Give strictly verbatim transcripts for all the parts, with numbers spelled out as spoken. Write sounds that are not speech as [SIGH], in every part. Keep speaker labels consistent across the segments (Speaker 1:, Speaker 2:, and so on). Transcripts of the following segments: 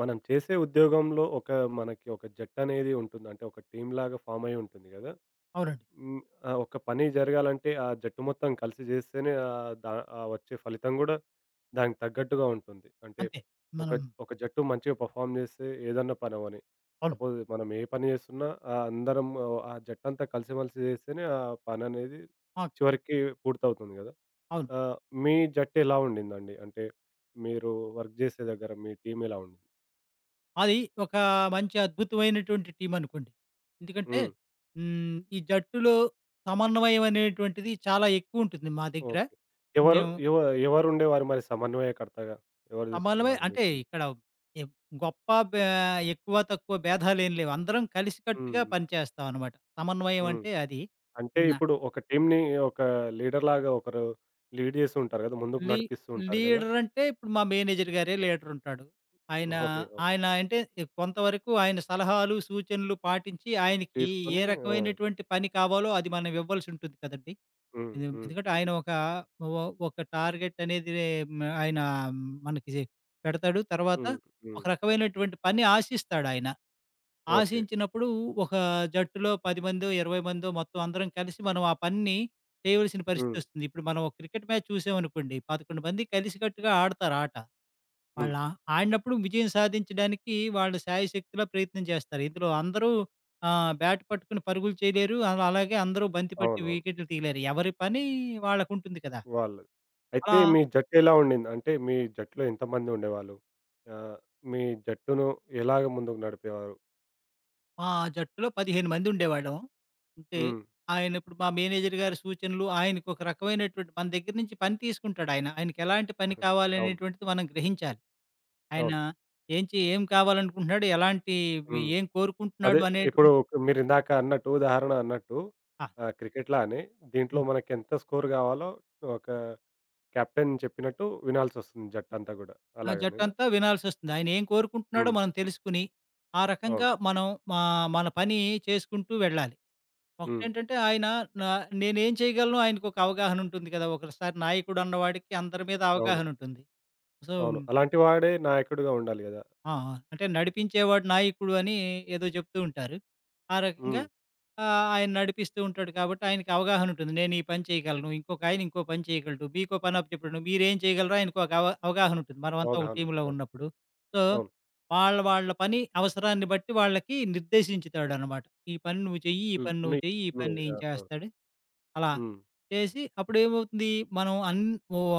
Speaker 1: మనం చేసే ఉద్యోగంలో ఒక మనకి ఒక జట్టనేది ఉంటుంది. అంటే ఒక టీమ్‌లాగా ఫార్మ్ అయ్యి ఉంటుంది గదా!
Speaker 2: అవునండి.
Speaker 1: హ్మ్. ఆ! ఒక పని జరగాలంటే ఆ జట్టు మొత్తం కలిసి జేస్తేనే ఆహ్, దా ఆహ్, వచ్చే ఫలితం గూడా దానికి తగ్గట్టుగా ఉంటుంది. అంటే
Speaker 2: అంతే.
Speaker 1: ఒక
Speaker 2: మనం
Speaker 1: ఒక జట్టు మంచిగా పెర్ఫార్మ్ జేస్తే ఏదన్నా పనవ్వని.
Speaker 2: అవును.
Speaker 1: సపోజ్ మనం ఏ పని జేస్తున్నా, ఆహ్, అందరం ఆ జట్టంతా కలిసిమెలిసి జేస్తేనే ఆ పననేది
Speaker 2: ఆ!
Speaker 1: చివరికి పూర్తవుతుంది గదా!
Speaker 2: అవును.
Speaker 1: ఆహ్, మీ జట్టు ఎలా ఉండిందండి? అంటే మీరు వర్క్ జేసే దగ్గర మీ టీమ్ ఎలా ఉండింది?
Speaker 2: అది ఒక మంచి అద్భుతమైనటువంటి టీమనుకోండి. ఎందుకంటే
Speaker 1: హ్మ్.
Speaker 2: హ్మ్. ఈ జట్టులో సమన్వయం అనేటువంటిది చాలా ఎక్కువుంటుంది మా దగ్గర.
Speaker 1: ఓకే. ఎవరు
Speaker 2: మేము
Speaker 1: ఎవ ఎవరుండేవారు మరి సమన్వయకర్తగా? ఎవరు
Speaker 2: సమన్వయం
Speaker 1: జూసుకునేవారు మీ
Speaker 2: అంటే
Speaker 1: టీమ్‌ని?
Speaker 2: ఇక్కడ ఎ గొప్ప బే ఎక్కువ, తక్కువ భేదాలేం లేవు. అందరం కలిసికట్టుగా
Speaker 1: హ్మ్.
Speaker 2: పనిచేస్తామనమాట. సమన్వయం
Speaker 1: హ్మ్.
Speaker 2: అంటే అది.
Speaker 1: అంటే
Speaker 2: నా
Speaker 1: ఇప్పుడు ఒక టీమ్‌ని ఒక లీడర్‌లాగా ఒకరు లీడ్ జేస్తూ ఉంటారు గదా! ముందుకు
Speaker 2: లీ
Speaker 1: నడిపిస్తూ ఉంటారు గదా!
Speaker 2: లీడర్ అంటే ఇప్పుడు మా మేనేజర్ గారే లీడర్ ఉంటాడు. ఆయన,
Speaker 1: ఓకే. ఓకే.
Speaker 2: ఆయన అంటే కొంతవరకు ఆయన సలహాలు, సూచనలు పాటించి ఆయనకి ఏ
Speaker 1: తీసుకొని. ఆ!
Speaker 2: రకమైనటువంటి పని కావాలో అది మనం ఇవ్వాల్సి ఉంటుంది కదండీ!
Speaker 1: హ్మ్.
Speaker 2: ఇది
Speaker 1: హ్మ్.
Speaker 2: ఎందుకంటే ఆయన ఒక ఒ ఒక టార్గెట్ అనేది మ్, ఆయన మనకి పెడతాడు. తర్వాత
Speaker 1: హ్మ్.
Speaker 2: ఒక
Speaker 1: హ్మ్.
Speaker 2: రకమైనటువంటి పని ఆశిస్తాడాయన.
Speaker 1: ఓకే.
Speaker 2: ఆశించినప్పుడు ఒక జట్టులో పది మందో, ఇరవై మందో మొత్తం అందరం కలిసి మనం ఆ పనిని చేయవలసిన
Speaker 1: హ్మ్.
Speaker 2: పరిస్థితొస్తుంది. ఇప్పుడు మనం ఒక క్రికెట్ మ్యాచ్ చూసామనుకోండి. పదకొండు మంది కలిసికట్టుగా ఆడతారు ఆట.
Speaker 1: హ్మ్.
Speaker 2: వాళ్ళ ఆడినప్పుడు విజయం సాధించడానికి వాళ్ళు శాయశక్తులా ప్రయత్నం చేస్తారు. ఇందులో అందరూ ఆహ్, బ్యాట్ పట్టుకుని పరుగులు చేయలేరు. అలా అలాగే అందరూ బంతి పట్టి
Speaker 1: అవునవును.
Speaker 2: వికెట్లు తీయలేరు. ఎవరి పని వాళ్ళకుంటుంది కదా!
Speaker 1: వాళ్ళది. అయితే
Speaker 2: అలా
Speaker 1: మీ జట్టు ఎలా ఉండింది? అంటే మీ జట్టులో ఎంతమంది ఉండేవాళ్ళు? ఆహ్, మీ జట్టును ఎలాగ ముందుకు నడిపేవారు?
Speaker 2: మా జట్టులో పదిహేను మంది ఉండేవాళ్ళం. ఉంటే
Speaker 1: హ్మ్.
Speaker 2: ఆయన ఇప్పుడు మా మేనేజర్ గారి సూచనలు ఆయనకు ఒక రకమైనటువంటి మన దగ్గర నుంచి పని తీసుకుంటాడాయన. ఆయనకెలాంటి పని
Speaker 1: [LAUGHS] అవును.
Speaker 2: కావాలనేటువంటిది మనం గ్రహించాలి. ఆయన
Speaker 1: అవును.
Speaker 2: ఏం చే ఏం కావాలనుకుంటున్నాడు? ఎలాంటి
Speaker 1: హ్మ్.
Speaker 2: ఏం
Speaker 1: అదే,
Speaker 2: కోరుకుంటున్నాడు?
Speaker 1: ఇప్పుడు
Speaker 2: అనేటువంటి
Speaker 1: మీరిందాక అన్నట్టు, ఉదాహరణ అన్నట్టు
Speaker 2: ఆ!
Speaker 1: ఆహ్, క్రికెట్‌లానే దీంట్లో
Speaker 2: హ్మ్.
Speaker 1: మనకెంత స్కోర్ గావాలో ఒక కెప్టెన్ చెప్పినట్టు వినాల్సొస్తుంది జట్టంతా గూడా.
Speaker 2: ఆ
Speaker 1: అలాగనేనా?
Speaker 2: జట్టంతా వినాల్సొస్తుంది. ఆయన ఏం కోరుకుంటున్నాడో
Speaker 1: హ్మ్.
Speaker 2: మనం తెలుసుకొని, ఆ
Speaker 1: అవును.
Speaker 2: రకంగా మనం మా మన పని చేసుకుంటూ వెళ్ళాలి.
Speaker 1: హ్మ్.
Speaker 2: ఒకటేంటంటే ఆయన నా నేనేం చేయగలను ఆయనకొక అవగాహన ఉంటుంది కదా! ఒకసారి నాయకుడన్నవాడికి అందరి మీద
Speaker 1: అవును.
Speaker 2: అవగాహన ఉంటుంది. సో,
Speaker 1: అవును. అలాంటి వాడే నాయకుడుగా ఉండాలి గదా!
Speaker 2: ఆ! ఆ! అంటే నడిపించేవాడు నాయకుడు అని ఏదో చెప్తూ ఉంటారు. ఆ రకంగా
Speaker 1: హ్మ్.
Speaker 2: ఆహ్, ఆయన నడిపిస్తూ ఉంటాడు కాబట్టి ఆయనకి అవగాహన ఉంటుంది. నేను ఈ పని చేయగలను. ఇంకొక ఆయన ఇంకో పని చేయగలడు. మీకో పని అప్పచెప్పడు. మీరేం చేయగలరో ఆయనకు ఒక అవ అవగాహన ఉంటుంది. మనమంతా ఒక
Speaker 1: అవగాహన
Speaker 2: టీమ్‌లో
Speaker 1: ఉంటుంది. అవును.
Speaker 2: ఉన్నప్పుడు. సో,
Speaker 1: అవును.
Speaker 2: వాళ్ళ వాళ్ళ పని అవసరాన్ని బట్టి వాళ్ళకి నిర్దేశించుతాడనమాట. ఈ పని నువ్వు చెయ్యి. ఈ
Speaker 1: హ్మ్.
Speaker 2: పని నువ్వు
Speaker 1: నుయ్
Speaker 2: చెయ్యి. ఈ పని
Speaker 1: నుయ్ ఆ!
Speaker 2: నేను
Speaker 1: ఆ!
Speaker 2: చేస్తాడు. అలా
Speaker 1: హ్మ్.
Speaker 2: చేసి అప్పుడేమవుతుంది మనం అన్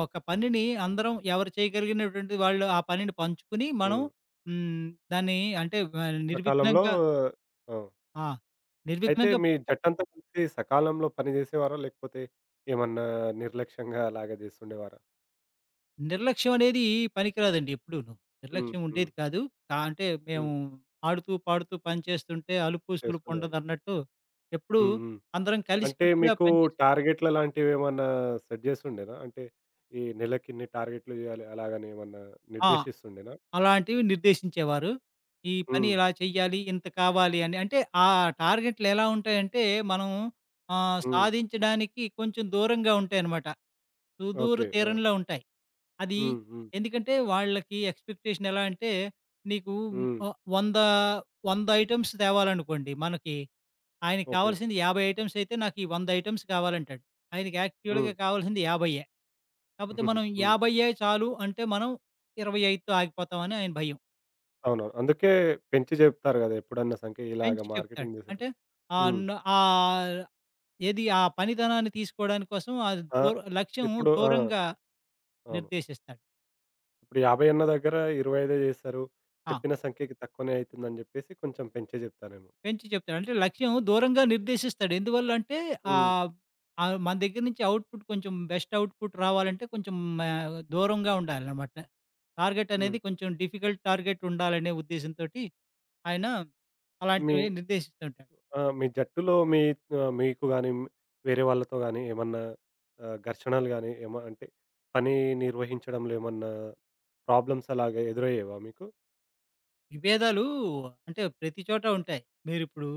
Speaker 2: ఒక పనిని అందరం ఎవరు చేయగలిగినటువంటి వాళ్ళు ఆ పనిని పంచుకుని మనం
Speaker 1: హ్మ్.
Speaker 2: హ్మ్, దాన్ని అంటే వ
Speaker 1: సకాలంలో.
Speaker 2: నిర్విఘ్నంగా
Speaker 1: ఆ!
Speaker 2: ఆ!
Speaker 1: అయితే
Speaker 2: నిర్విఘ్నంగా
Speaker 1: మీ జట్టంతా కలిసి సకాలంలో పని జేసేవారా? లేకపోతే ఏమన్నా నిర్లక్ష్యంగా అలాగా జేస్తుండేవారా?
Speaker 2: నిర్లక్ష్యం అనేది పనికిరాదండి ఎప్పుడూను.
Speaker 1: హ్మ్.
Speaker 2: నిర్లక్ష్యం
Speaker 1: హ్మ్.
Speaker 2: ఉండేది కాదు. కా అంటే మేము
Speaker 1: హ్మ్.
Speaker 2: ఆడుతూ, పాడుతూ పని చేస్తుంటే అలుపు, సులుపు
Speaker 1: చేసుకునేవారు.
Speaker 2: ఉండదన్నట్టు ఎప్పుడూ
Speaker 1: హ్మ్. హ్మ్.
Speaker 2: అందరం
Speaker 1: అంటే
Speaker 2: కలిసికట్టుగా
Speaker 1: మీకు
Speaker 2: పనిచేసాం.
Speaker 1: టార్గెట్‌ల లాంటివేమన్నా సెట్ జేసుండేనా? అంటే ఈ నెలకిన్ని టార్గెట్లు జేయాలి అలాగని ఏమన్నా
Speaker 2: ఆ!
Speaker 1: నిర్దేశిస్తుండేనా?
Speaker 2: అలాంటివి నిర్దేశించేవారు. ఈ పని
Speaker 1: హ్మ్.
Speaker 2: ఇలా చెయ్యాలి, ఇంత కావాలి అని. అంటే ఆ టార్గెట్లు ఎలా ఉంటాయంటే, మనం ఆహ్,
Speaker 1: హ్మ్.
Speaker 2: సాధించడానికి కొంచెం దూరంగా ఉంటాయన్నమాట. సుదూర
Speaker 1: ఓకే. ఆ!
Speaker 2: తీరంలో ఉంటాయి. అది
Speaker 1: హ్మ్. హ్మ్.
Speaker 2: ఎందుకంటే వాళ్ళకి ఎక్స్‌పెక్టేషన్ ఎలా అంటే, నీకు
Speaker 1: హ్మ్.
Speaker 2: ఆహ్, వంద, వంద ఐటెమ్స్ తేవాలనుకోండి మనకి ఆయనకి
Speaker 1: ఓకే.
Speaker 2: కావాల్సింది యాభై ఐటెమ్స్ అయితే నాకీ వంద ఐటెమ్స్ కావాలంటాడు. ఆయనకి
Speaker 1: హ్మ్.
Speaker 2: యాక్చువల్‌గా కావాల్సింది యాభైయే. కాపోతే
Speaker 1: [LAUGHS]
Speaker 2: మనం
Speaker 1: హ్మ్.
Speaker 2: యాభైయే చాలు అంటే మనం ఇరవై ఐదుతో ఆగిపోతామని ఆయన భయం.
Speaker 1: అవునవును. అందుకే పెంచి జెప్తారు గదా! ఎప్పుడన్నా సంఖ్య ఇలాగ
Speaker 2: పెంచి చెప్తాడు.
Speaker 1: మార్కెటింగ్
Speaker 2: అంటే
Speaker 1: జేసేటప్పుడు.
Speaker 2: ఆహ్,
Speaker 1: హ్మ్.
Speaker 2: న్ ఆహ్, ఏది ఆ పనితనాన్ని తీసుకోవడానికి కోసం అది
Speaker 1: ఆ!
Speaker 2: దూర లక్ష్యం
Speaker 1: ఇప్పుడు. ఆ!
Speaker 2: దూరంగా
Speaker 1: అవును.
Speaker 2: నిర్దేశిస్తాడు.
Speaker 1: ఇప్పుడు యాభై అన్న దగ్గర ఇరవై ఐదు జేశారు.
Speaker 2: ఆ!
Speaker 1: చెప్పిన సంఖ్యకి తక్కువనే అయితుందని జెప్పేసి కొంచెం పెంచే జెప్తారేమో.
Speaker 2: పెంచి చెప్తాడు. అంటే లక్ష్యం దూరంగా నిర్దేశిస్తాడు. ఎందువల్ల అంటే
Speaker 1: హ్మ్.
Speaker 2: ఆహ్, ఆహ్, మన దగ్గర నుంచి అవుట్‌పుట్ కొంచెం బెస్ట్ అవుట్‌పుట్ రావాలంటే కొంచెం ఆహ్, దూరంగా ఉండాలనమాట. టార్గెట్
Speaker 1: హ్మ్.
Speaker 2: అనేది కొంచెం డిఫికల్ట్ టార్గెట్ ఉండాలనే ఉద్దేశంతోటి ఆయన
Speaker 1: మీ
Speaker 2: అలాంటివి నిర్దేశిస్తూ ఉంటాడు.
Speaker 1: ఆ! మీ జట్టులో మీ ఆహ్, మీకు గాని, వేరే వాళ్ళతో గాని ఏమన్నా ఆహ్, ఘర్షణలు గాని, ఏమ అంటే పని నిర్వహించడంలో ఏమన్నా ప్రాబ్లమ్స్ అలాగా ఎదురయ్యేవా మీకు?
Speaker 2: విభేదాలు అంటే ప్రతి చోట ఉంటాయి. మీరిప్పుడు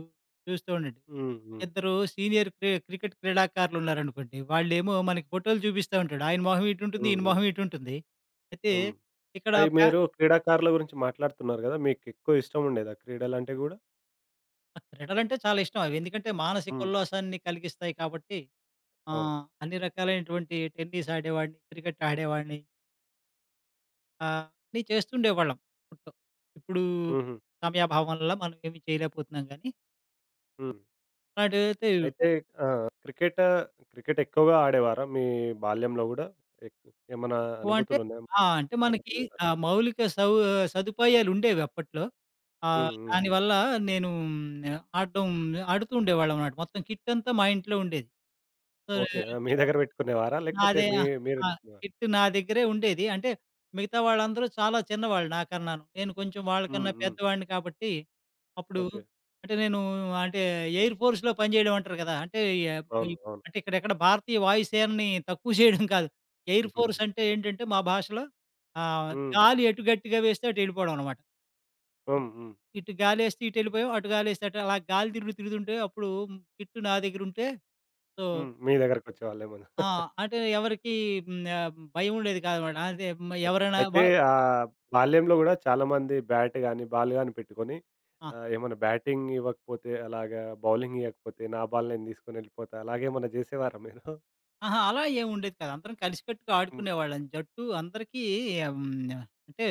Speaker 2: చూస్తూ ఉండండి.
Speaker 1: హ్మ్. హ్మ్.
Speaker 2: ఇద్దరు సీనియర్ క్రి క్రికెట్ క్రీడాకారులు ఉన్నారనుకోండి. వాళ్ళేమో మనకి ఫోటోలు చూపిస్తా ఉంటాడు. ఆయన మొహం ఇటుంటుంది.
Speaker 1: హ్మ్.
Speaker 2: ఈయన
Speaker 1: హ్మ్.
Speaker 2: మొహం ఇటుంటుంది. అయితే
Speaker 1: హ్మ్.
Speaker 2: ఇక్కడ
Speaker 1: అయి
Speaker 2: పే
Speaker 1: మీరు క్రీడాకారుల గురించి మాట్లాడుతున్నారు గదా! మీకెక్కువ ఇష్టం ఉండేదా క్రీడలంటే గూడా?
Speaker 2: [LAUGHS] క్రీడలంటే చాలా ఇష్టం. అవి ఎందుకంటే మానసిక
Speaker 1: హ్మ్.
Speaker 2: ఉల్లాసాన్ని కలిగిస్తాయి కాబట్టి
Speaker 1: అవును.
Speaker 2: ఆహ్, అన్ని రకాలైనటువంటి టెన్నిస్ ఆడేవాడిని, క్రికెట్ ఆడేవాడిని ఆహ్, అన్నీ చేస్తుండేవాళ్ళం అప్పట్లో. ఇప్పుడు
Speaker 1: హుహు.
Speaker 2: సమయాభావం వల్ల మనం ఏమి చేయలేకపోతున్నాం గానీ,
Speaker 1: హ్మ్.
Speaker 2: అలాంటివైతే
Speaker 1: అయితే, ఆ! క్రికెట్ క్రికెట్ ఎక్కువగా ఆడేవారా మీ బాల్యంలో గూడా? ఎక్ ఏమన్నా
Speaker 2: ఎక్కువ అంటే
Speaker 1: అనుభూతులున్నాయా?
Speaker 2: ఆ! అంటే
Speaker 1: ఓకే.
Speaker 2: మనకి ఆ మౌలిక సౌ సదుపాయాలుండేవి అప్పట్లో.
Speaker 1: హ్మ్.
Speaker 2: ఆహ్,
Speaker 1: హ్మ్.
Speaker 2: దానివల్ల నేను మ్, ఆడడం ఆడుతూ ఉండేవాళ్ళమనమాట. మొత్తం కిట్టంతా మా ఇంట్లో ఉండేది. So
Speaker 1: okay. ఆ! మీ దగ్గర పెట్టుకునేవారా? లేకపోతే
Speaker 2: నాదే
Speaker 1: మీ
Speaker 2: ఆ!
Speaker 1: మీరే
Speaker 2: ఆ!
Speaker 1: తీసుకునేవారా?
Speaker 2: కిట్ నా దగ్గరే ఉండేది. అంటే మిగతా వాళ్ళందరూ చాలా చిన్నవాళ్ళు నాకన్నాను. నేను కొంచెం
Speaker 1: హ్మ్.
Speaker 2: వాళ్ళకన్నా
Speaker 1: హ్మ్.
Speaker 2: పెద్దవాడిని కాబట్టి, అప్పుడు
Speaker 1: ఓకే.
Speaker 2: అంటే నేను అంటే ఎయిర్ ఫోర్స్‌లో పనిచేయడం అంటారు కదా! అంటే ఆహ్, ఈ
Speaker 1: అవును. అవును.
Speaker 2: అంటే ఇక్కడెక్కడ భారతీయ వాయుసేనని తక్కువ చేయడం కాదు.
Speaker 1: [LAUGHS]
Speaker 2: ఎయిర్ ఫోర్స్
Speaker 1: హుహుహు.
Speaker 2: అంటే ఏంటంటే మా భాషలో ఆహ్,
Speaker 1: హ్మ్.
Speaker 2: గాలి ఎటు గట్టిగా వేస్తే అటు వెళ్ళిపోవడం అన్నమాట. ఇ
Speaker 1: హ్మ్. హ్మ్.
Speaker 2: ఇటు గాలేస్తే ఇటు వెళ్ళిపోయాం. అటు గాలేస్తే అటు అలా గాలి తిరుగుడు తిరుగుతుంటే అప్పుడు కిట్ నా దగ్గర ఉంటే సో
Speaker 1: హ్మ్. మీ దగ్గరకొచ్చేవాళ్ళేమో.
Speaker 2: ఆ! అంటే ఎవరికీ హ్మ్. ఆహ్, భయం ఉండేది కాదనమాట. అదే మ ఎవరైనా వ
Speaker 1: అయితే ఆహ్, బాల్యంలో గూడా చాలామంది బ్యాట్ గాని, బాల్ గాని పెట్టుకొని,
Speaker 2: ఆ!
Speaker 1: ఆహ్, ఏమన్నా బ్యాటింగ్ ఇవ్వకపోతే అలాగా బౌలింగ్ ఇయ్యకపోతే, "నా బాల్ నేను తీసుకొనెళ్ళిపోతా" అలాగేమన్నా జేసేవారా మీరు?
Speaker 2: అహా! అలా ఏమి ఉండేది కాదు. అందరం కలిసికట్టుగా
Speaker 1: హ్మ్.
Speaker 2: ఆడుకునేవాళ్ళం. జట్టు అందరికీ హ్మ్. అంటే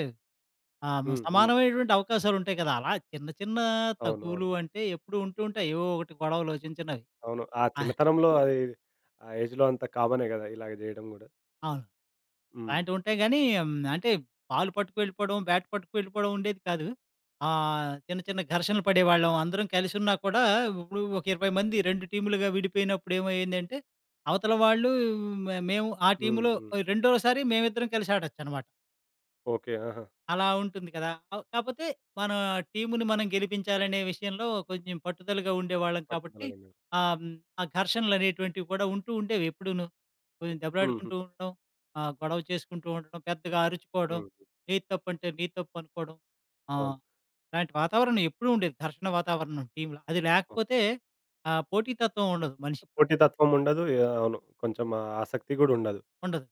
Speaker 2: ఆహ్,
Speaker 1: హ్మ్. హ్మ్.
Speaker 2: సమానమైనటువంటి అవకాశాలుంటాయి కదా! అలా చిన్న చిన్న
Speaker 1: అవును. అవును.
Speaker 2: తగువులు అంటే ఎప్పుడూ ఉంటూ ఉంటాయి. ఏవో ఒకటి గొడవలు చిన్న చిన్నవి.
Speaker 1: అవును. ఆ
Speaker 2: ఆ!
Speaker 1: చిన్నతనంలో అది, ఆ ఏజ్‌లో అంత కామనే గదా! ఇలాగ జేయడం గూడా.
Speaker 2: అవును.
Speaker 1: హ్మ్.
Speaker 2: ప్యాంట్ ఉంటాయి గానీ, హ్మ్. అంటే బాల్ పట్టుకెళ్ళిపోవడం, బ్యాట్ పట్టుకెళ్ళిపోవడం ఉండేది కాదు. ఆహ్, చిన్న చిన్న ఘర్షణలు పడేవాళ్ళం. అందరం కలిసున్నా కూడా ఇప్పుడు ఒక ఇరవై మంది రెండు టీములుగా విడిపోయినప్పుడు ఏమయ్యిందంటే, అవతల వాళ్ళు మే మేము ఆ
Speaker 1: హ్మ్.
Speaker 2: టీములో
Speaker 1: హ్మ్.
Speaker 2: రెండోసారి మేమిద్దరం కలిసి ఆడొచ్చనమాట.
Speaker 1: ఓకే. ఆహా!
Speaker 2: అలా ఉంటుంది కదా! అవ్ కాపోతే మన టీముని మనం గెలిపించాలనే విషయంలో కొంచెం పట్టుదలగా ఉండేవాళ్ళం కాబట్టి,
Speaker 1: పట్టుదలగున్నారు.
Speaker 2: ఆహ్, హ్మ్, ఆ ఘర్షణలనేటువంటివి కూడా ఉంటూ ఉండేవి ఎప్పుడూను. కొంచెం
Speaker 1: హ్మ్.
Speaker 2: దెబ్బలాడుకుంటూ ఉండడం, ఆహ్, గొడవ చేసుకుంటూ ఉండడం, పెద్దగా అరుచుకోవడం,
Speaker 1: హ్మ్.
Speaker 2: నీది తప్పంటే నీది తప్పనుకోవడం.
Speaker 1: అవును.
Speaker 2: ఆహ్, ఇలాంటి వాతావరణం ఎప్పుడూ ఉండేది. ఘర్షణ వాతావరణం టీమ్‌లో. అది
Speaker 1: ఓకే.
Speaker 2: లేకపోతే ఆ పోటీతత్వం ఉండదు మనిషికి.
Speaker 1: పోటీతత్వం ఉండదు. యాహ్! అవును. కొంచెం ఆ ఆసక్తి గూడా ఉండదు.
Speaker 2: ఉండదు.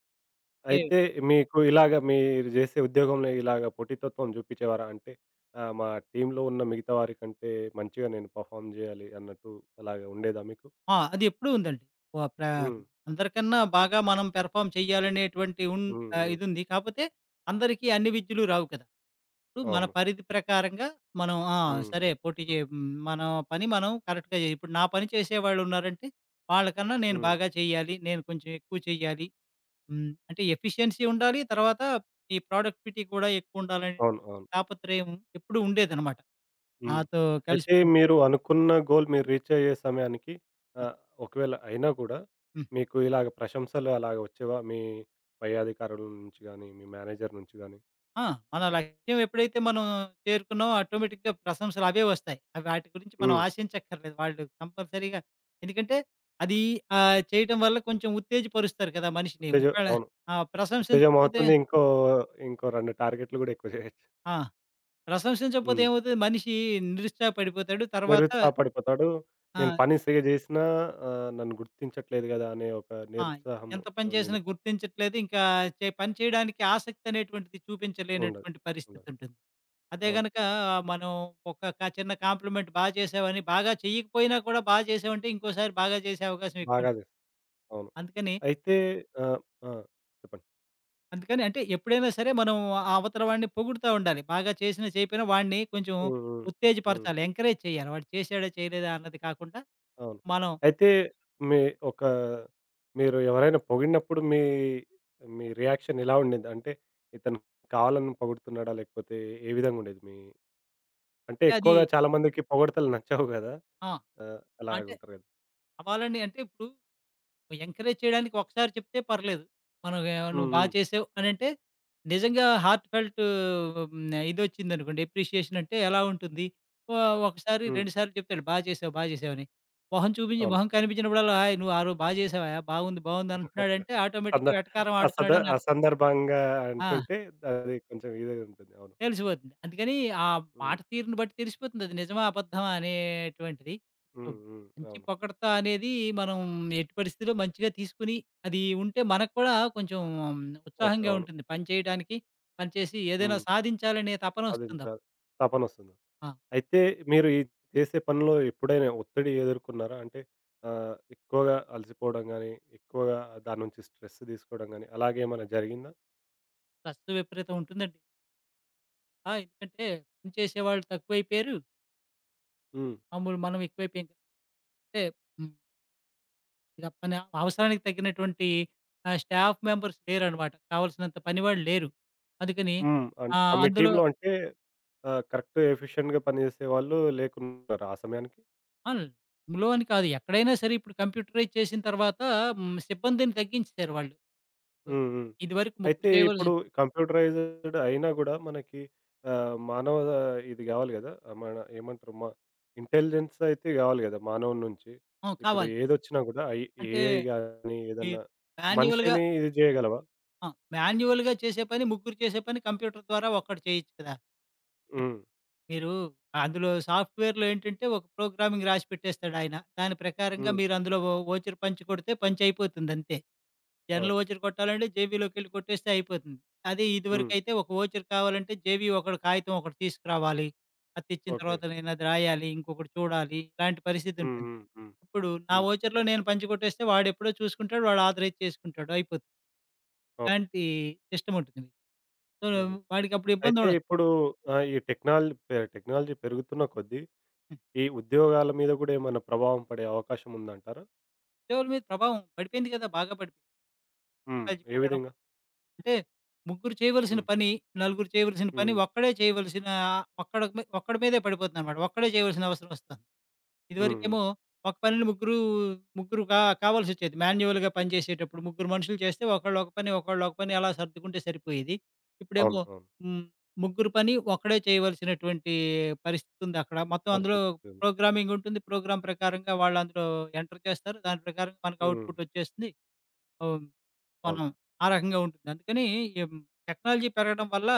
Speaker 2: ఏ
Speaker 1: అయితే మీకు ఇలాగ, మీరు జేసే ఉద్యోగంలో ఇలాగ పోటీతత్వం జూపించేవారా? అంటే ఆహ్, మా టీమ్‌లో ఉన్న మిగతా వారి కంటే మంచిగా నేను పర్ఫార్మ్ జేయాలి అన్నట్టు అలాగ ఉండేదా మీకు?
Speaker 2: ఆ! అది ఎప్పుడూ ఉందండి. ఓ ప్ర
Speaker 1: హ్మ్.
Speaker 2: అందరికన్నా బాగా మనం పెర్ఫార్మ్ చెయ్యాలనేటువంటి ఉన్
Speaker 1: హ్మ్.
Speaker 2: ఆహ్,
Speaker 1: హ్మ్.
Speaker 2: ఇదుంది. కాపోతే అందరికీ అన్ని విద్యలు రావు కదా! ఇప్పుడు మన
Speaker 1: అవును.
Speaker 2: పరిధి ప్రకారంగా మనం ఆ!
Speaker 1: హ్మ్.
Speaker 2: సరే పోటీ చే హ్మ్. మన పని మనం కరెక్ట్‌గా జే ఇప్పుడు నా పని చేసేవాళ్ళున్నారంటే, వాళ్ళకన్నా నేను
Speaker 1: హ్మ్.
Speaker 2: బాగా చెయ్యాలి. నేను కొంచెం ఎక్కువ చెయ్యాలి. హ్మ్. అంటే ఎఫిషియన్సీ ఉండాలి. తర్వాత ఈ ప్రొడక్టివిటీ కూడా ఎక్కువుండాలని
Speaker 1: అవును. అవును.
Speaker 2: తాపత్రయం ఎప్పుడూ ఉండేదనమాట.
Speaker 1: హ్మ్.
Speaker 2: నాతో కలిసి
Speaker 1: అయితే
Speaker 2: పని
Speaker 1: మీరు అనుకున్న గోల్ మీరు రీచ్ అయ్యే సమయానికి, ఆహ్, ఒకవేళ అయినా గూడా,
Speaker 2: హ్మ్.
Speaker 1: మీకు ఇలాగ ప్రశంసలు అలాగ వచ్చేవా? మీ పై అధికారుల నుంచి గాని, మీ మేనేజర్ నుంచి గాని?
Speaker 2: ఆ! మన లక్ష్యం ఎప్పుడైతే మనం చేరుకున్నామో ఆటోమేటిక్‌గా ప్రశంసలు అవే వస్తాయి. అవి వాటి గురించి మనం
Speaker 1: హ్మ్.
Speaker 2: ఆశించక్కర్లేదు. వాళ్ళు కంపల్సరీగా ఎందుకంటే అది ఆహ్, చేయటం వల్ల కొంచెం ఉత్తేజపరుస్తారు కదా! మనిషిని.
Speaker 1: 'ఉత్తేజ',
Speaker 2: ఒకవేళ
Speaker 1: అవును.
Speaker 2: ఆ!
Speaker 1: 'ఉత్తేజ'
Speaker 2: ప్రశంసించకపోతే
Speaker 1: మహత్‌ది ఇంకో, ఇంకో రెండు టార్గెట్లు గూడా ఎక్కువ జేయొచ్చు.
Speaker 2: ఆ! ప్రశంసించకపోతే
Speaker 1: హ్మ్.
Speaker 2: ఏమవుతది మనిషి నిరుత్సాహపడిపోతాడు. తర్వాత
Speaker 1: నిరుత్సాహపడిపోతాడు.
Speaker 2: ఆ!
Speaker 1: నేను పని సరిగ్గా జేసినా ఆహ్, నన్ను గుర్తించట్లేదు గదా! అనే ఒక
Speaker 2: ఆ!
Speaker 1: నిరుత్సాహము
Speaker 2: ఎంత పని
Speaker 1: నిండి
Speaker 2: చేసినా గుర్తించట్లేదు. ఇంకా చే పని చేయడానికి ఆసక్తి అనేటువంటిది
Speaker 1: ఉండదు.
Speaker 2: చూపించలేనటువంటి పరిస్థితి
Speaker 1: ఉండదు.
Speaker 2: ఉంటుంది. అదే
Speaker 1: అవును.
Speaker 2: గనక మనం ఒక క చిన్న కాంప్లిమెంట్ బాగా చేశావని బాగా చెయ్యకపోయినా కూడా బాగా చేశావంటే ఇంకోసారి బాగా చేసే అవకాశం
Speaker 1: బాగా
Speaker 2: ఎక్కువుంటుంది.
Speaker 1: జేస్ అవును.
Speaker 2: అందుకని
Speaker 1: అయితే ఆహ్, ఆ! చెప్పండి.
Speaker 2: అందుకని అంటే ఎప్పుడైనా సరే మనం ఆ అవతల వాడిని పొగుడుతా ఉండాలి. బాగా చేసినా చేయకపోయినా వాడిని కొంచెం
Speaker 1: హ్మ్. హ్మ్. హ్మ్.
Speaker 2: ఉత్తేజపరచాలి. ఎంకరేజ్ చేయాలి. వాడు చేశాడా చేయలేదా అన్నది కాకుండా
Speaker 1: అవును.
Speaker 2: మనం
Speaker 1: అయితే మీ ఒక మీరు ఎవరైనా పొగిడినప్పుడు మీ, మీ రియాక్షన్ ఎలా ఉండింది? అంటే ఇతను కావాలని పొగుడుతున్నాడా? లేకపోతే ఏ విధంగుండేది? మీ అంటే
Speaker 2: అంటే అది
Speaker 1: ఎక్కువగా చాలా మందికి పొగడ్తలు నచ్చవు గదా!
Speaker 2: ఆ!
Speaker 1: ఆహ్,
Speaker 2: అంటే
Speaker 1: అలాగుంటారు గదా!
Speaker 2: అవ్వాలని అంటే ఇప్పుడు ఎంకరేజ్ చేయడానికి ఒకసారి చెప్తే పర్లేదు. మనం ఆహ్,
Speaker 1: హ్మ్.
Speaker 2: "నువ్వు బా
Speaker 1: హ్మ్.
Speaker 2: చేసావు" అనంటే నిజంగా హార్ట్ ఫెల్ట్ హ్మ్. ఇదొచ్చిందనుకోండి అప్రిషియేషన్ అంటే ఎలా ఉంటుంది? ఒ ఒకసారి,
Speaker 1: హ్మ్.
Speaker 2: రెండు సార్లు చెప్తాడు "బా చేసావు, బా చేసావు" అని. మొహం చూపించి
Speaker 1: అవును.
Speaker 2: మొహం కనిపించినప్పుడల్లా "హాయ్! నువ్వు ఆరోజు బా చేసావయ్యా, బాగుంది, బాగుంది" అంటున్నాడంటే
Speaker 1: సంద
Speaker 2: ఆటోమేటిక్‌గా వెటకారం
Speaker 1: అసద
Speaker 2: ఆడుతున్నాడని అర్థం.
Speaker 1: అసందర్భంగా
Speaker 2: ఆ!
Speaker 1: అంటుంటే అది కొంచెం ఇదే ఉంటుంది. అవును.
Speaker 2: తెలిసిపోతుంది. అందుకని ఆ
Speaker 1: హ్మ్.
Speaker 2: మాట తీరుని బట్టి తెలిసిపోతుంది. అది నిజమా? అబద్ధమా? అనేటువంటిది. సో,
Speaker 1: హ్మ్. హ్మ్.
Speaker 2: మంచి
Speaker 1: అవును.
Speaker 2: పొగడ్త అనేది మనం ఎట్టి పరిస్థితిలో మంచిగా తీసుకొని, అది ఉంటే మనకు కూడా కొంచెం
Speaker 1: ఓకే.
Speaker 2: ఉత్సాహంగా
Speaker 1: అవును.
Speaker 2: ఉంటుంది. పని చేయడానికి, పని చేసి ఏదైనా
Speaker 1: హ్మ్.
Speaker 2: సాధించాలనే తపన
Speaker 1: అది ఇంకా
Speaker 2: వస్తుందప్పుడు.
Speaker 1: తపనొస్తుంది.
Speaker 2: ఆ!
Speaker 1: అయితే మీరు ఈ చేసే పనిలో ఎప్పుడైనా ఒత్తిడి ఎదుర్కున్నారా? అంటే ఆహ్, ఎక్కువగా అలసిపోవడం గాని, ఎక్కువగా దాని నుంచి స్ట్రెస్ తీసుకోవడం గాని, అలాగేమైనా జరిగిందా?
Speaker 2: స్ట్రెస్ విపరీతం ఉంటుందండి. ఆ! ఎందుకంటే పని చేసేవాళ్ళు తక్కువైపోయారు.
Speaker 1: హ్మ్.
Speaker 2: మామూలు మనం ఎక్కువైపోయాం. కదా. అంటే హ్మ్. ఇక పని అవసరానికి తగ్గినటువంటి ఆహ్, స్టాఫ్ మెంబర్స్ లేరనమాట. కావాల్సినంత పనివాళ్ళు లేరు. అందుకని
Speaker 1: హ్మ్. అన్
Speaker 2: ఆహ్,
Speaker 1: ఆహ్, మీ
Speaker 2: అందులో
Speaker 1: టీమ్‌లో అంటే ఆహ్, కరెక్ట్ ఎఫిషియెంట్‌గా పనిజేసేవాళ్ళు లేకున్నారా ఆ సమయానికి?
Speaker 2: ఆల్ ఇందులో అని కాదు. ఎక్కడైనా సరే ఇప్పుడు కంప్యూటరైజ్ చేసిన తర్వాత హ్మ్, సిబ్బందిని తగ్గించేసారు వాళ్ళు. ఆహ్,
Speaker 1: హ్మ్. హ్మ్.
Speaker 2: ఇదివరకు ముగ్గురు
Speaker 1: అయితే ఇప్పుడు
Speaker 2: చేయవలసిన
Speaker 1: కంప్యూటరైజ్డ్ అయినా గూడా మనకి ఆహ్, మానవ ఇది గావాలి గదా! మన ఏమంటారు? మ ఇంటెలిజెన్స్ అయితే గావాలి గదా! మానవుని నుంచి.
Speaker 2: ఆ!
Speaker 1: ఇప్పుడు
Speaker 2: కావాలి.
Speaker 1: ఏదొచ్చినా గూడా, ఐ
Speaker 2: అంటే
Speaker 1: ఏఐ గానీ ఏదన్నా
Speaker 2: మీరు మాన్యువల్‌గా
Speaker 1: మనిషిని ఇది జేయగలవా?
Speaker 2: ఆ! మాన్యువల్‌గా చేసే పని, ముగ్గురు చేసే పని కంప్యూటర్ ద్వారా ఒక్కడు చేయొచ్చు కదా!
Speaker 1: హ్మ్.
Speaker 2: మీరు అందులో సాఫ్ట్‌వేర్‌లో ఏంటంటే ఒక ప్రోగ్రామింగ్ రాసి పెట్టేస్తాడాయన. దాని ప్రకారంగా
Speaker 1: హ్మ్.
Speaker 2: మీరు అందులో ఓ వోచర్ పంచ్ కొడితే పంచయిపోతుంది అంతే. జనరల్
Speaker 1: అవును.
Speaker 2: వోచర్ కొట్టాలంటే జేబీలోకెళ్ళి కొట్టేస్తే అయిపోతుంది. అదే
Speaker 1: హ్మ్.
Speaker 2: ఇదివరకైతే ఒక వోచర్ కావాలంటే జేబీ ఒకడు కాగితం ఒకటి తీసుకురావాలి. అది తెచ్చిన
Speaker 1: ఓకే.
Speaker 2: తర్వాత నేనది రాయాలి. ఇంకొకడు చూడాలి. ఇలాంటి పరిస్థితి
Speaker 1: హ్మ్.
Speaker 2: ఉంటుంది.
Speaker 1: హ్మ్. హ్మ్.
Speaker 2: ఇప్పుడు నా
Speaker 1: హ్మ్.
Speaker 2: వోచర్‌లో నేను పంచికొట్టేస్తే వాడెప్పుడో చూసుకుంటాడు. వాడు ఆథరైజ్ చేసుకుంటాడు. అయిపోతుంది.
Speaker 1: అవును.
Speaker 2: ఇలాంటి సిస్టమ్ ఉంటుంది. సో,
Speaker 1: హుహు.
Speaker 2: వాడికప్పుడు
Speaker 1: అయితే
Speaker 2: ఇబ్బందుండదు.
Speaker 1: ఇప్పుడు ఆహ్, ఈ టెక్నాలజీ పె టెక్నాలజీ పెరుగుతున్న కొద్దీ,
Speaker 2: హ్మ్.
Speaker 1: ఈ ఉద్యోగాల మీద గూడా ఏమన్నా ప్రభావం పడే అవకాశం ఉందంటారా?
Speaker 2: ఉద్యోగుల మీద ప్రభావం పడిపోయింది కదా! బాగా పడిపోయింది.
Speaker 1: హ్మ్.
Speaker 2: కాలేజీకి
Speaker 1: ఏ
Speaker 2: వెళ్ళడం
Speaker 1: విధంగా?
Speaker 2: అంటే ముగ్గురు చేయవలసిన
Speaker 1: హ్మ్.
Speaker 2: పని, నలుగురు చేయవలసిన పని
Speaker 1: హ్మ్.
Speaker 2: ఒక్కడే చేయవలసిన ఒక్కడి మీ ఒక్కడి మీదే పడిపోతుందన్నమాట. ఒక్కడే చేయవలసిన అవసరం వస్తుంది.
Speaker 1: హ్మ్. హ్మ్.
Speaker 2: ఇదివరకేమో ఒక పనిని ముగ్గురు, ముగ్గురు కా కావాల్సొచ్చేది. మాన్యువల్‌గా పనిచేసేటప్పుడు ముగ్గురు మనుషులు చేస్తే ఒకళ్ళు ఒక పని, ఒకళ్ళు ఒక పని అలా సర్దుకుంటే సరిపోయేది.
Speaker 1: అవును.
Speaker 2: ఇప్పుడేమో
Speaker 1: అవును.
Speaker 2: హ్మ్. ముగ్గురు పని ఒక్కడే చేయవలసినటువంటి పరిస్థితుంది అక్కడ. మొత్తం అందులో
Speaker 1: పరిస్థితి.
Speaker 2: ప్రోగ్రామింగ్ ఉంటుంది. ప్రోగ్రామ్ ప్రకారంగా వాళ్ళు అందులో ఎంటర్ చేస్తారు. దాని ప్రకారంగా మనకు
Speaker 1: హ్మ్.
Speaker 2: అవుట్‌పుట్ వచ్చేస్తుంది. ఓహ్!
Speaker 1: అవును.
Speaker 2: మనం ఆ రకంగా ఉంటుంది. అందుకని ఎం టెక్నాలజీ పెరగడం వల్ల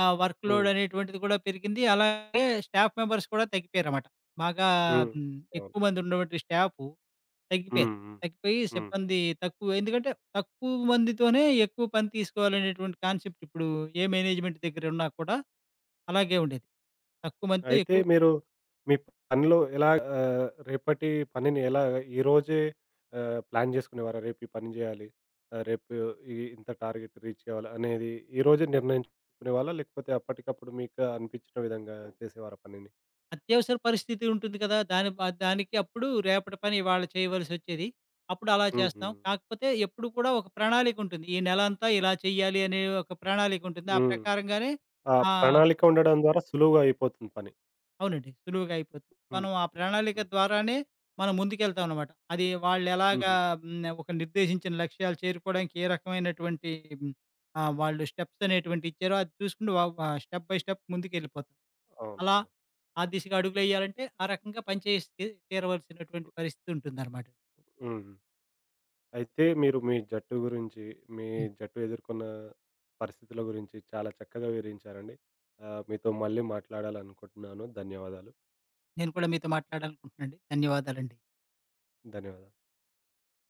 Speaker 2: ఆహ్, వర్క్ లోడ్
Speaker 1: హ్మ్.
Speaker 2: అనేటువంటిది కూడా పెరిగింది. అలాగే స్టాఫ్ మెంబర్స్ కూడా తగ్గిపోయారన్నమాట. బాగా
Speaker 1: హ్మ్.
Speaker 2: హ్మ్,
Speaker 1: అవును.
Speaker 2: ఎక్కువ మంది ఉన్నటువంటి స్టాఫు తగ్గిపోయారు.
Speaker 1: హ్మ్. హ్మ్.
Speaker 2: తగ్గిపోయి
Speaker 1: హ్మ్.
Speaker 2: సిబ్బంది తక్కువ ఎందుకంటే తక్కువ మందితోనే ఎక్కువ పని తీసుకోవాలనేటువంటి కాన్సెప్ట్ ఇప్పుడు ఏ మేనేజ్మెంట్ దగ్గర ఉన్నా కూడా అలాగే ఉండేది. తక్కువ మందితో
Speaker 1: అయితే
Speaker 2: ఎక్కువ
Speaker 1: మీరు మీ పనిలో ఎలా ఆహ్, రేపటి పనిని ఎలా ఈరోజే ఆహ్, ప్లాన్ చేసుకునేవారా? రేపు ఈ పని చేయాలి. ఆహ్, రేపు ఇ ఇంత టార్గెట్ రీచ్ చేయాలి అనేది ఈరోజే నిర్ణయించుకునేవాళ్ళా? లేకపోతే అప్పటికప్పుడు మీకు అనిపించిన విధంగా చేసేవారా పనిని?
Speaker 2: అత్యవసర పరిస్థితి ఉంటుంది కదా! దాని ప దానికి అప్పుడు రేపటి పని ఇవాళ చేయవలసొచ్చేది. అప్పుడు అలా
Speaker 1: హుహు.
Speaker 2: చేస్తాం. కాకపోతే ఎప్పుడు కూడా ఒక ప్రణాళికుంటుంది. ఈ నెలంతా ఇలా చెయ్యాలి అనే ఒక ప్రణాళికుంటుంది. ఆ
Speaker 1: హ్మ్.
Speaker 2: ప్రకారంగానే
Speaker 1: ఆ
Speaker 2: ఆ!
Speaker 1: ప్రణాళిక ఉండడం ద్వారా సులువుగా అయిపోతుంది పని.
Speaker 2: అవునండి. సులువుగా అయిపోతుంది.
Speaker 1: హ్మ్.
Speaker 2: మనం ఆ ప్రణాళిక
Speaker 1: హ్మ్.
Speaker 2: ద్వారానే మనం ముందుకెళ్తాం అనమాట. అది వాళ్ళెలాగా
Speaker 1: హుహు.
Speaker 2: హ్మ్. ఒక నిర్దేశించిన లక్ష్యాలు చేరుకోవడానికి ఏ రకమైనటువంటి హ్మ్. ఆహ్, వాళ్ళు స్టెప్స్ అనేటువంటియి ఇచ్చారో అది చూసుకుంటూ వ వ స్టెప్ బై స్టెప్ ముందుకెళ్ళిపోతాం.
Speaker 1: అవును.
Speaker 2: అలా ఆ దిశగా అడుగులెయ్యాలంటే, ఆ రకంగా పని చేసి తీరవలసినటువంటి పరిస్థితి ఉంటుందనమాట.
Speaker 1: హ్మ్. అయితే మీరు మీ జట్టు గురించి, మీ
Speaker 2: హ్మ్.
Speaker 1: జట్టు ఎదుర్కొన్న పరిస్థితుల గురించి చాలా చక్కగా వివరించారండి. ఆహ్, మీతో మళ్ళీ మాట్లాడాలనుకుంటున్నాను. ధన్యవాదాలు.
Speaker 2: నేను కూడా మీతో మాట్లాడాలనుకుంటున్నానండి. ధన్యవాదాలండి.
Speaker 1: ధన్యవాదాలు.